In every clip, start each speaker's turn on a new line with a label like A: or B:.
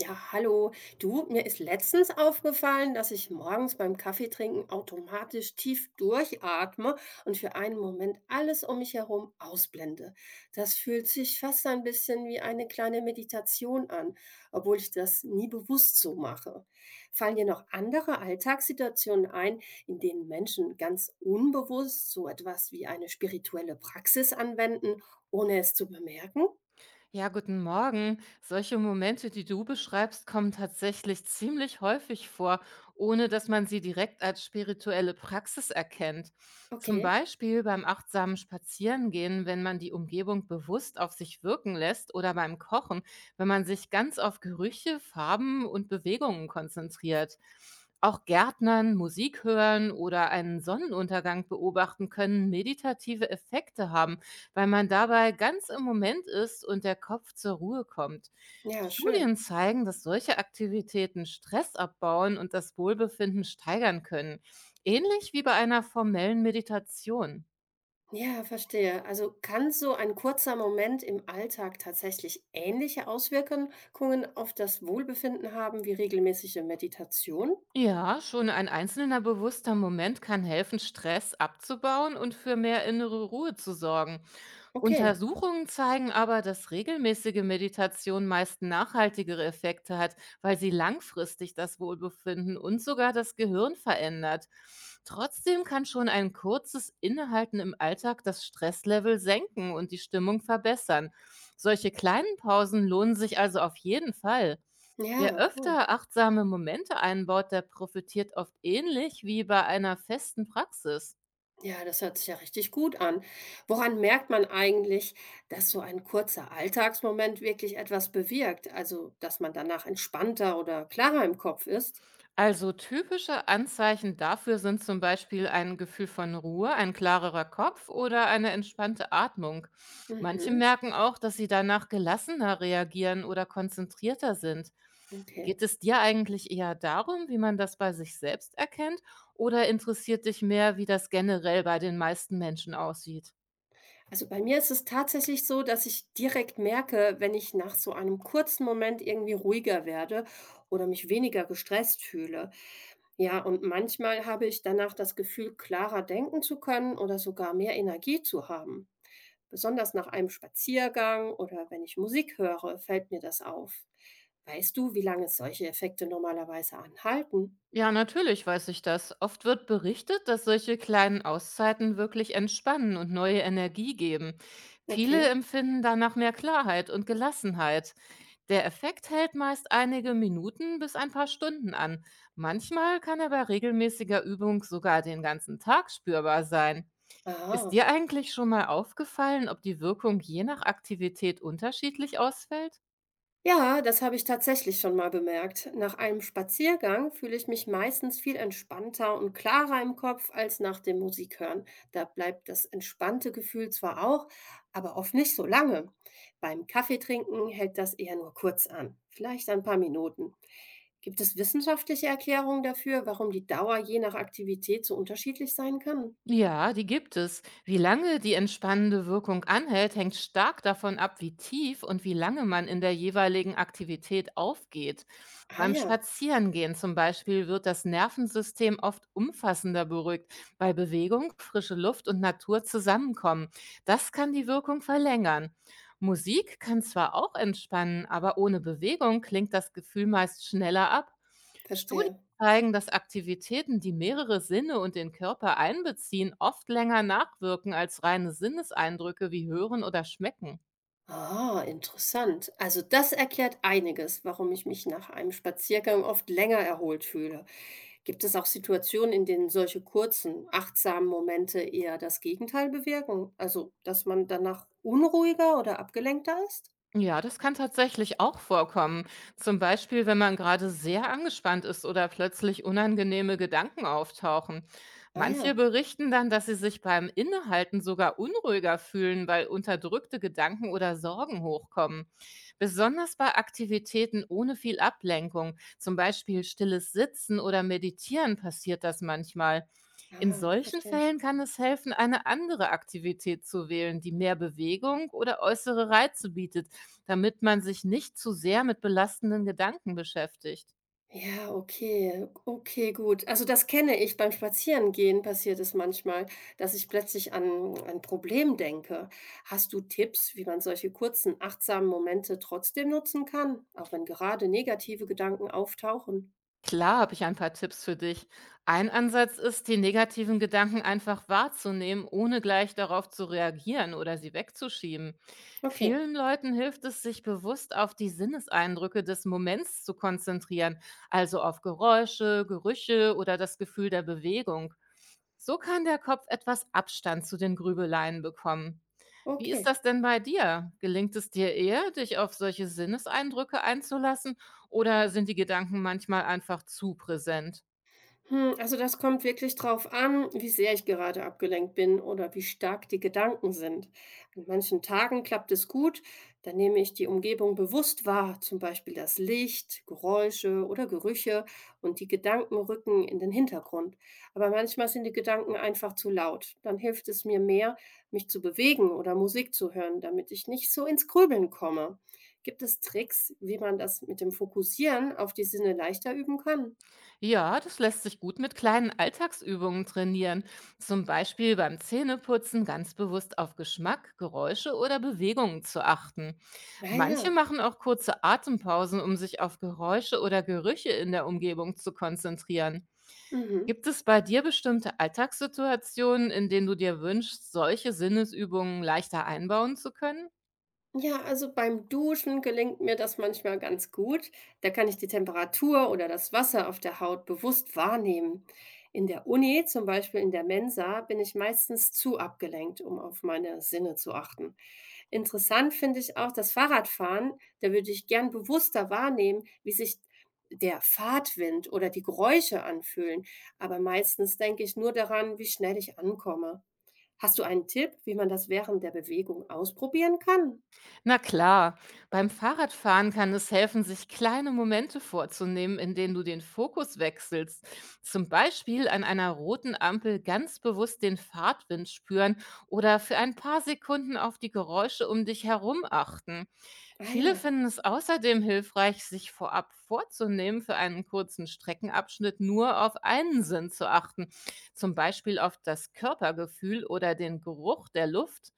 A: Ja, hallo. Du, mir ist letztens aufgefallen, dass ich morgens beim Kaffeetrinken automatisch tief durchatme und für einen Moment alles um mich herum ausblende. Das fühlt sich fast ein bisschen wie eine kleine Meditation an, obwohl ich das nie bewusst so mache. Fallen dir noch andere Alltagssituationen ein, in denen Menschen ganz unbewusst so etwas wie eine spirituelle Praxis anwenden, ohne es zu bemerken?
B: Ja, guten Morgen. Solche Momente, die du beschreibst, kommen tatsächlich ziemlich häufig vor, ohne dass man sie direkt als spirituelle Praxis erkennt. Zum
A: Okay,
B: Beispiel beim achtsamen Spazierengehen, wenn man die Umgebung bewusst auf sich wirken lässt, oder beim Kochen, wenn man sich ganz auf Gerüche, Farben und Bewegungen konzentriert. Auch Gärtnern, Musik hören oder einen Sonnenuntergang beobachten können meditative Effekte haben, weil man dabei ganz im Moment ist und der Kopf zur Ruhe kommt.
A: ja,
B: Studien
A: schön.
B: zeigen, dass solche Aktivitäten Stress abbauen und das Wohlbefinden steigern können, ähnlich wie bei einer formellen Meditation.
A: Ja, verstehe. Also kann so ein kurzer Moment im Alltag tatsächlich ähnliche Auswirkungen auf das Wohlbefinden haben wie regelmäßige Meditation?
B: Ja, schon ein einzelner bewusster Moment kann helfen, Stress abzubauen und für mehr innere Ruhe zu sorgen.
A: Okay.
B: Untersuchungen zeigen aber, dass regelmäßige Meditation meist nachhaltigere Effekte hat, weil sie langfristig das Wohlbefinden und sogar das Gehirn verändert. Trotzdem kann schon ein kurzes Innehalten im Alltag das Stresslevel senken und die Stimmung verbessern. Solche kleinen Pausen lohnen sich also auf jeden Fall. Wer
A: Ja, cool.
B: öfter achtsame Momente einbaut, der profitiert oft ähnlich wie bei einer festen Praxis.
A: Ja, das hört sich ja richtig gut an. Woran merkt man eigentlich, dass so ein kurzer Alltagsmoment wirklich etwas bewirkt? Also, dass man danach entspannter oder klarer im Kopf ist?
B: Also typische Anzeichen dafür sind zum Beispiel ein Gefühl von Ruhe, ein klarerer Kopf oder eine entspannte Atmung. Manche
A: Mhm,
B: merken auch, dass sie danach gelassener reagieren oder konzentrierter sind.
A: okay.
B: Geht es dir eigentlich eher darum, wie man das bei sich selbst erkennt, oder interessiert dich mehr, wie das generell bei den meisten Menschen aussieht?
A: Also bei mir ist es tatsächlich so, dass ich direkt merke, wenn ich nach so einem kurzen Moment irgendwie ruhiger werde oder mich weniger gestresst fühle. Ja, und manchmal habe ich danach das Gefühl, klarer denken zu können oder sogar mehr Energie zu haben. Besonders nach einem Spaziergang oder wenn ich Musik höre, fällt mir das auf. Weißt du, wie lange solche Effekte normalerweise anhalten?
B: Ja, natürlich weiß ich das. Oft wird berichtet, dass solche kleinen Auszeiten wirklich entspannen und neue Energie geben. Viele
A: Okay.
B: empfinden danach mehr Klarheit und Gelassenheit. Der Effekt hält meist einige Minuten bis ein paar Stunden an. Manchmal kann er bei regelmäßiger Übung sogar den ganzen Tag spürbar sein. Ist
A: Ah.
B: dir eigentlich schon mal aufgefallen, ob die Wirkung je nach Aktivität unterschiedlich ausfällt?
A: Ja, das habe ich tatsächlich schon mal bemerkt. Nach einem Spaziergang fühle ich mich meistens viel entspannter und klarer im Kopf als nach dem Musikhören. Da bleibt das entspannte Gefühl zwar auch, aber oft nicht so lange. Beim Kaffeetrinken hält das eher nur kurz an, vielleicht ein paar Minuten. Gibt es wissenschaftliche Erklärungen dafür, warum die Dauer je nach Aktivität so unterschiedlich sein kann?
B: Ja, die gibt es. Wie lange die entspannende Wirkung anhält, hängt stark davon ab, wie tief und wie lange man in der jeweiligen Aktivität aufgeht.
A: Ah
B: Beim
A: ja,
B: Spazierengehen zum Beispiel wird das Nervensystem oft umfassender beruhigt, weil Bewegung, frische Luft und Natur zusammenkommen. Das kann die Wirkung verlängern. Musik kann zwar auch entspannen, aber ohne Bewegung klingt das Gefühl meist schneller ab. Studien
A: verstehe.
B: zeigen, dass Aktivitäten, die mehrere Sinne und den Körper einbeziehen, oft länger nachwirken als reine Sinneseindrücke wie Hören oder Schmecken.
A: Ah, interessant. Also das erklärt einiges, warum ich mich nach einem Spaziergang oft länger erholt fühle. Gibt es auch Situationen, in denen solche kurzen, achtsamen Momente eher das Gegenteil bewirken? Also, dass man danach unruhiger oder abgelenkter ist?
B: Ja, das kann tatsächlich auch vorkommen. Zum Beispiel, wenn man gerade sehr angespannt ist oder plötzlich unangenehme Gedanken auftauchen.
A: Ah
B: Manche
A: ja,
B: berichten dann, dass sie sich beim Innehalten sogar unruhiger fühlen, weil unterdrückte Gedanken oder Sorgen hochkommen. Besonders bei Aktivitäten ohne viel Ablenkung, zum Beispiel stilles Sitzen oder Meditieren, passiert das manchmal. In
A: ah,
B: solchen
A: verstehe.
B: Fällen kann es helfen, eine andere Aktivität zu wählen, die mehr Bewegung oder äußere Reize bietet, damit man sich nicht zu sehr mit belastenden Gedanken beschäftigt.
A: Ja, okay, okay, gut. Also das kenne ich, beim Spazierengehen passiert es manchmal, dass ich plötzlich an ein Problem denke. Hast du Tipps, wie man solche kurzen, achtsamen Momente trotzdem nutzen kann, auch wenn gerade negative Gedanken auftauchen?
B: Klar habe ich ein paar Tipps für dich. Ein Ansatz ist, die negativen Gedanken einfach wahrzunehmen, ohne gleich darauf zu reagieren oder sie wegzuschieben.
A: Okay,
B: Vielen Leuten hilft es, sich bewusst auf die Sinneseindrücke des Moments zu konzentrieren, also auf Geräusche, Gerüche oder das Gefühl der Bewegung. So kann der Kopf etwas Abstand zu den Grübeleien bekommen. Wie ist
A: okay.
B: das denn bei dir? Gelingt es dir eher, dich auf solche Sinneseindrücke einzulassen, oder sind die Gedanken manchmal einfach zu präsent?
A: Hm, also das kommt wirklich drauf an, wie sehr ich gerade abgelenkt bin oder wie stark die Gedanken sind. An manchen Tagen klappt es gut, da nehme ich die Umgebung bewusst wahr, zum Beispiel das Licht, Geräusche oder Gerüche und die Gedanken rücken in den Hintergrund. Aber manchmal sind die Gedanken einfach zu laut. Dann hilft es mir mehr, mich zu bewegen oder Musik zu hören, damit ich nicht so ins Grübeln komme. Gibt es Tricks, wie man das mit dem Fokussieren auf die Sinne leichter üben kann?
B: Ja, das lässt sich gut mit kleinen Alltagsübungen trainieren. Zum Beispiel beim Zähneputzen ganz bewusst auf Geschmack, Geräusche oder Bewegungen zu achten. Manche
A: Naja.
B: machen auch kurze Atempausen, um sich auf Geräusche oder Gerüche in der Umgebung zu konzentrieren.
A: Mhm.
B: Gibt es bei dir bestimmte Alltagssituationen, in denen du dir wünschst, solche Sinnesübungen leichter einbauen zu können?
A: Ja, also beim Duschen gelingt mir das manchmal ganz gut. Da kann ich die Temperatur oder das Wasser auf der Haut bewusst wahrnehmen. In der Uni, zum Beispiel in der Mensa, bin ich meistens zu abgelenkt, um auf meine Sinne zu achten. Interessant finde ich auch das Fahrradfahren. Da würde ich gern bewusster wahrnehmen, wie sich der Fahrtwind oder die Geräusche anfühlen. Aber meistens denke ich nur daran, wie schnell ich ankomme. Hast du einen Tipp, wie man das während der Bewegung ausprobieren kann?
B: Na klar, beim Fahrradfahren kann es helfen, sich kleine Momente vorzunehmen, in denen du den Fokus wechselst. Zum Beispiel an einer roten Ampel ganz bewusst den Fahrtwind spüren oder für ein paar Sekunden auf die Geräusche um dich herum achten.
A: Ah
B: Viele
A: ja,
B: finden es außerdem hilfreich, sich vorab vorzunehmen, für einen kurzen Streckenabschnitt nur auf einen Sinn zu achten, zum Beispiel auf das Körpergefühl oder den Geruch der Luft.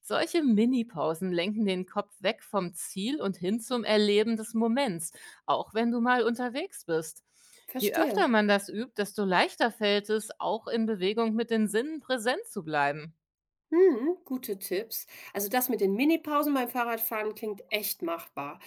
B: Solche Minipausen lenken den Kopf weg vom Ziel und hin zum Erleben des Moments, auch wenn du mal unterwegs bist. Je
A: verstehe.
B: öfter man das übt, desto leichter fällt es, auch in Bewegung mit den Sinnen präsent zu bleiben.
A: Mhm, gute Tipps. Also das mit den Minipausen beim Fahrradfahren klingt echt machbar.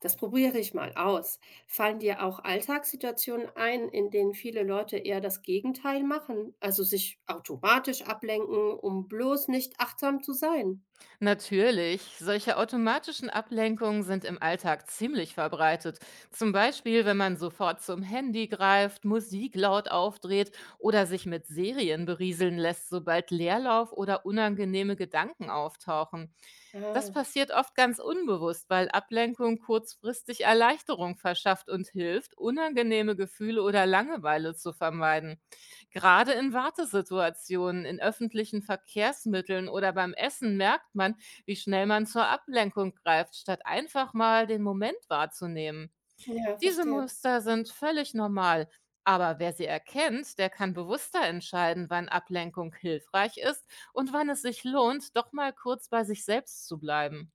A: Das probiere ich mal aus. Fallen dir auch Alltagssituationen ein, in denen viele Leute eher das Gegenteil machen, also sich automatisch ablenken, um bloß nicht achtsam zu sein?
B: Natürlich, solche automatischen Ablenkungen sind im Alltag ziemlich verbreitet. Zum Beispiel, wenn man sofort zum Handy greift, Musik laut aufdreht oder sich mit Serien berieseln lässt, sobald Leerlauf oder unangenehme Gedanken auftauchen. Das
A: Ah,
B: passiert oft ganz unbewusst, weil Ablenkung kurzfristig Erleichterung verschafft und hilft, unangenehme Gefühle oder Langeweile zu vermeiden. Gerade in Wartesituationen, in öffentlichen Verkehrsmitteln oder beim Essen merkt man, wie schnell man zur Ablenkung greift, statt einfach mal den Moment wahrzunehmen.
A: ja,
B: Diese
A: verstehe.
B: Muster sind völlig normal, aber wer sie erkennt, der kann bewusster entscheiden, wann Ablenkung hilfreich ist und wann es sich lohnt, doch mal kurz bei sich selbst zu bleiben.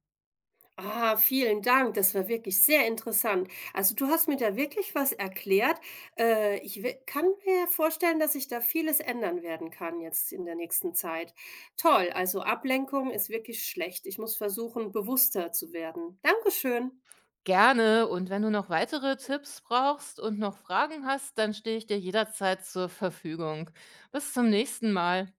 A: Ah, vielen Dank. Das war wirklich sehr interessant. Also du hast mir da wirklich was erklärt. Ich kann mir vorstellen, dass sich da vieles ändern werden kann jetzt in der nächsten Zeit. Toll. Also Ablenkung ist wirklich schlecht. Ich muss versuchen, bewusster zu werden. Dankeschön.
B: Gerne, und wenn du noch weitere Tipps brauchst und noch Fragen hast, dann stehe ich dir jederzeit zur Verfügung. Bis zum nächsten Mal.